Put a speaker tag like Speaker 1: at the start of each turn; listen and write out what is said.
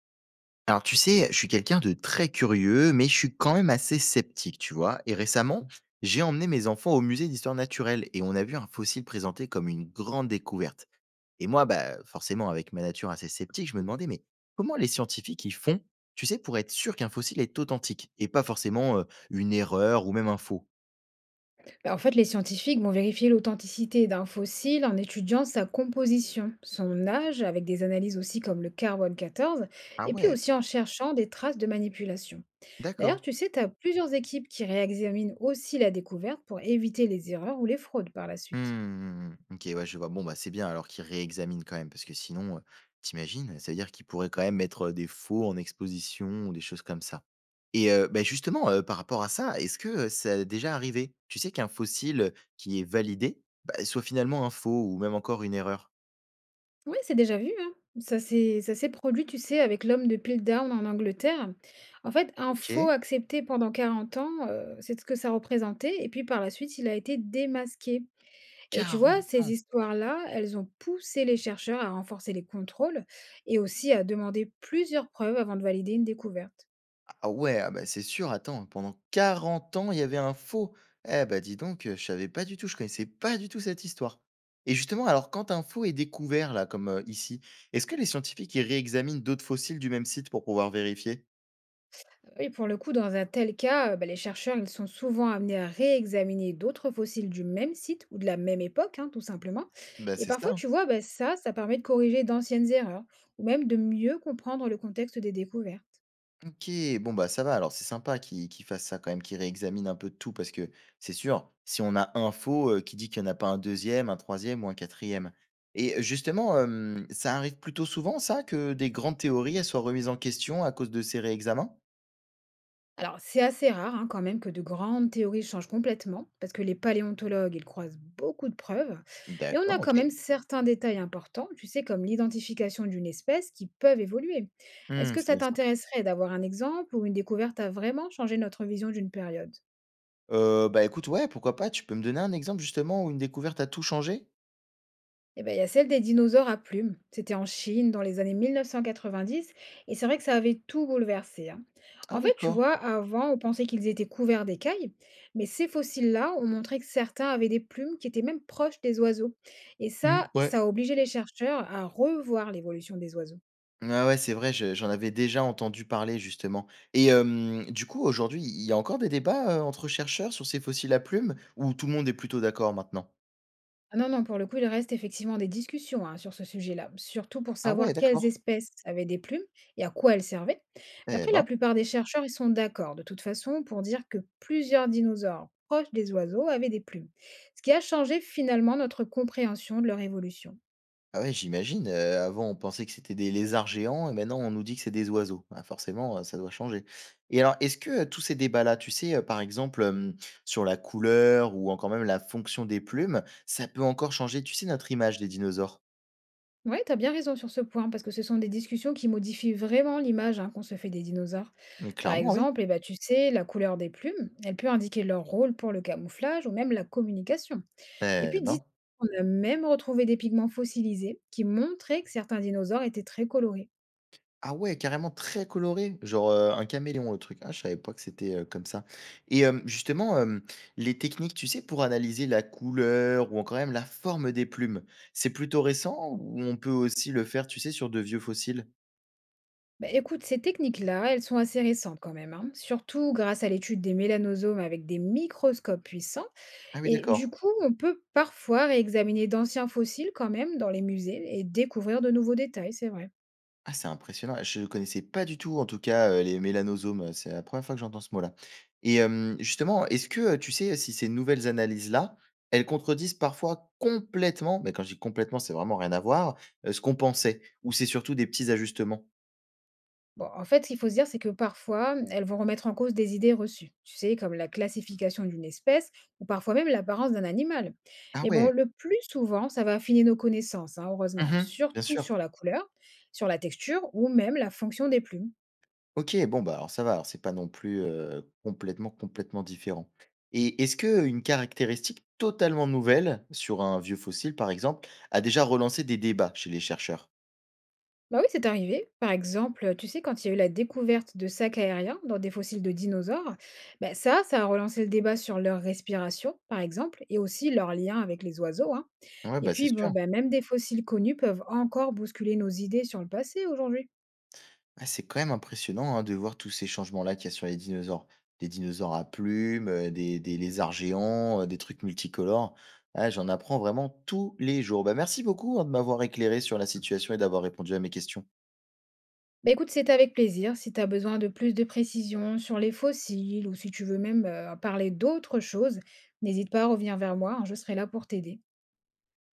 Speaker 1: Alors tu sais, je suis quelqu'un de très curieux, mais je suis quand même assez sceptique, tu vois. Et récemment, j'ai emmené mes enfants au musée d'histoire naturelle et on a vu un fossile présenté comme une grande découverte. Et moi, bah, forcément, avec ma nature assez sceptique, je me demandais, mais comment les scientifiques ils font, tu sais, pour être sûr qu'un fossile est authentique et pas forcément une erreur ou même un faux.
Speaker 2: Bah, en fait, les scientifiques vont vérifier l'authenticité d'un fossile en étudiant sa composition, son âge, avec des analyses aussi comme le carbone 14,
Speaker 1: Ah
Speaker 2: et puis
Speaker 1: ouais,
Speaker 2: aussi en cherchant des traces de manipulation. D'ailleurs,
Speaker 1: d'accord.
Speaker 2: tu sais, tu as plusieurs équipes qui réexaminent aussi la découverte pour éviter les erreurs ou les fraudes par la
Speaker 1: Mmh,
Speaker 2: suite.
Speaker 1: mmh, mmh. OK, ouais, je vois. Bon, bah, c'est bien alors qu'ils réexaminent quand même parce que sinon, tu imagines? Ça veut dire qu'ils pourraient quand même mettre, des faux en exposition ou des choses comme ça. Et bah, justement, par rapport à ça, est-ce que, ça a déjà arrivé, tu sais, qu'un fossile qui est validé, bah, soit finalement un faux ou même encore une erreur?
Speaker 2: Oui, c'est déjà vu, hein. Ça s'est produit, tu sais, avec l'homme de Piltdown en Angleterre. En fait, un faux
Speaker 1: OK.
Speaker 2: accepté pendant 40 ans, c'est ce que ça représentait et puis par la suite, il a été démasqué, et tu vois,
Speaker 1: 40
Speaker 2: ces
Speaker 1: ans!
Speaker 2: histoires-là, elles ont poussé les chercheurs à renforcer les contrôles et aussi à demander plusieurs preuves avant de valider une découverte.
Speaker 1: Ah ouais, ah bah, c'est sûr, attends, pendant 40 ans, il y avait un faux. Eh bah dis donc, je savais pas du tout, je connaissais pas du tout cette histoire. Et justement, alors quand un faux est découvert, là, comme ici, est-ce que les scientifiques ils réexaminent d'autres fossiles du même site pour pouvoir vérifier?
Speaker 2: Oui, pour le coup, dans un tel cas, bah, les chercheurs ils sont souvent amenés à réexaminer d'autres fossiles du même site ou de la même époque, hein, tout simplement.
Speaker 1: Bah
Speaker 2: Et
Speaker 1: c'est ça,
Speaker 2: parfois,
Speaker 1: hein.
Speaker 2: tu vois, bah, ça permet de corriger d'anciennes erreurs ou même de mieux comprendre le contexte des découvertes.
Speaker 1: OK, bon, bah, ça va alors, c'est sympa qu'ils fasse ça quand même, qu'ils réexamine un peu tout parce que c'est sûr, si on a un faux, qui dit qu'il y en a pas un deuxième, un troisième ou un quatrième. Et justement, ça arrive plutôt souvent ça que des grandes théories, elles soient remises en question à cause de ces réexamens?
Speaker 2: Alors, c'est assez rare hein, quand même que de grandes théories changent complètement, parce que les paléontologues, ils croisent beaucoup de preuves, mais on
Speaker 1: D'accord,
Speaker 2: a quand
Speaker 1: OK.
Speaker 2: même certains détails importants, tu sais, comme l'identification d'une espèce, qui peuvent évoluer. Est-ce
Speaker 1: Mmh,
Speaker 2: que
Speaker 1: c'est
Speaker 2: ça
Speaker 1: bien ça.
Speaker 2: t'intéresserait d'avoir un exemple où une découverte a vraiment changé notre vision d'une période?
Speaker 1: Bah, écoute, ouais, pourquoi pas, tu peux me donner un exemple justement où une découverte a tout changé?
Speaker 2: Eh ben, il y a celle des dinosaures à plumes. C'était en Chine dans les années 1990 et c'est vrai que ça avait tout bouleversé, hein.
Speaker 1: Ah
Speaker 2: En fait, tu
Speaker 1: d'accord.
Speaker 2: vois, avant, on pensait qu'ils étaient couverts d'écailles, mais ces fossiles-là ont montré que certains avaient des plumes qui étaient même proches des oiseaux. Et
Speaker 1: Mmh,
Speaker 2: ça,
Speaker 1: ouais.
Speaker 2: ça a obligé les chercheurs à revoir l'évolution des oiseaux.
Speaker 1: Ouais, ouais, c'est vrai, je j'en avais déjà entendu parler justement. Et du coup, aujourd'hui, il y a encore des débats, entre chercheurs sur ces fossiles à plumes ou tout le monde est plutôt d'accord maintenant?
Speaker 2: Ah non, non, pour le coup, il reste effectivement des discussions hein, sur ce sujet-là, surtout pour
Speaker 1: Ah ouais,
Speaker 2: savoir quelles
Speaker 1: d'accord.
Speaker 2: espèces avaient des plumes et à quoi elles servaient. Mais
Speaker 1: Eh
Speaker 2: après,
Speaker 1: ben,
Speaker 2: la plupart des chercheurs, ils sont d'accord de toute façon pour dire que plusieurs dinosaures proches des oiseaux avaient des plumes, ce qui a changé finalement notre compréhension de leur évolution.
Speaker 1: ah ouais, j'imagine, avant on pensait que c'était des lézards géants et maintenant on nous dit que c'est des oiseaux. Bah, forcément, ça doit changer. Et alors, est-ce que, tous ces débats-là, tu sais, par exemple, sur la couleur ou encore même la fonction des plumes, ça peut encore changer, tu sais, notre image des dinosaures?
Speaker 2: Ouais, t'as bien raison sur ce point, parce que ce sont des discussions qui modifient vraiment l'image hein, qu'on se fait des dinosaures.
Speaker 1: Mmh,
Speaker 2: Par
Speaker 1: clairement, oui.
Speaker 2: exemple, eh ben, tu sais, la couleur des plumes, elle peut indiquer leur rôle pour le camouflage ou même la communication. Et
Speaker 1: Eh
Speaker 2: puis dis,
Speaker 1: ben.
Speaker 2: on a même retrouvé des pigments fossilisés qui montraient que certains dinosaures étaient très colorés.
Speaker 1: Ah ouais, carrément très coloré, genre, un caméléon, le truc. Ah, je savais pas que c'était, comme ça. Et justement, les techniques, tu sais, pour analyser la couleur ou encore même la forme des plumes, c'est plutôt récent ou on peut aussi le faire, tu sais, sur de vieux fossiles?
Speaker 2: Bah, écoute, ces techniques-là, elles sont assez récentes quand même, hein, surtout grâce à l'étude des mélanosomes avec des microscopes puissants.
Speaker 1: Ah oui,
Speaker 2: Et du
Speaker 1: d'accord.
Speaker 2: coup, on peut parfois réexaminer d'anciens fossiles quand même dans les musées et découvrir de nouveaux détails, c'est vrai.
Speaker 1: Ah, c'est impressionnant. Je ne connaissais pas du tout, en tout cas, les mélanosomes, c'est la première fois que j'entends ce mot-là. Et justement, est-ce que, tu sais, si ces nouvelles analyses-là, elles contredisent parfois complètement, mais quand je dis complètement, c'est vraiment rien à voir, ce qu'on pensait ou c'est surtout des petits ajustements?
Speaker 2: Bon, en fait, ce qu'il faut se dire, c'est que parfois, elles vont remettre en cause des idées reçues, tu sais, comme la classification d'une espèce ou parfois même l'apparence d'un animal.
Speaker 1: Ah
Speaker 2: Mais bon,
Speaker 1: ouais.
Speaker 2: le plus souvent, ça va affiner nos connaissances, hein, heureusement,
Speaker 1: Mmh. Bien
Speaker 2: surtout
Speaker 1: sûr.
Speaker 2: sur la couleur, sur la texture ou même la fonction des plumes.
Speaker 1: OK, bon, bah, alors ça va, alors c'est pas non plus, complètement, complètement différent. Et est-ce que une caractéristique totalement nouvelle sur un vieux fossile, par exemple, a déjà relancé des débats chez les chercheurs?
Speaker 2: Bah oui, c'est arrivé. Par exemple, tu sais, quand il y a eu la découverte de sacs aériens dans des fossiles de dinosaures, bah ça, ça a relancé le débat sur leur respiration, par exemple, et aussi leur lien avec les oiseaux, hein.
Speaker 1: Ouais,
Speaker 2: Et
Speaker 1: bah, c'est
Speaker 2: puis, bon,
Speaker 1: sûr.
Speaker 2: bah, même des fossiles connus peuvent encore bousculer nos idées sur le passé aujourd'hui.
Speaker 1: Ah, c'est quand même impressionnant hein, de voir tous ces changements-là qu'il y a sur les dinosaures. Des dinosaures à plumes, des, lézards géants, des trucs multicolores. Ah, j'en apprends vraiment tous les jours. Bah, merci beaucoup hein, de m'avoir éclairé sur la situation et d'avoir répondu à mes questions.
Speaker 2: Bah écoute, c'est avec plaisir. Si tu as besoin de plus de précisions sur les fossiles ou si tu veux même parler d'autres choses, n'hésite pas à revenir vers moi, hein, je serai là pour t'aider.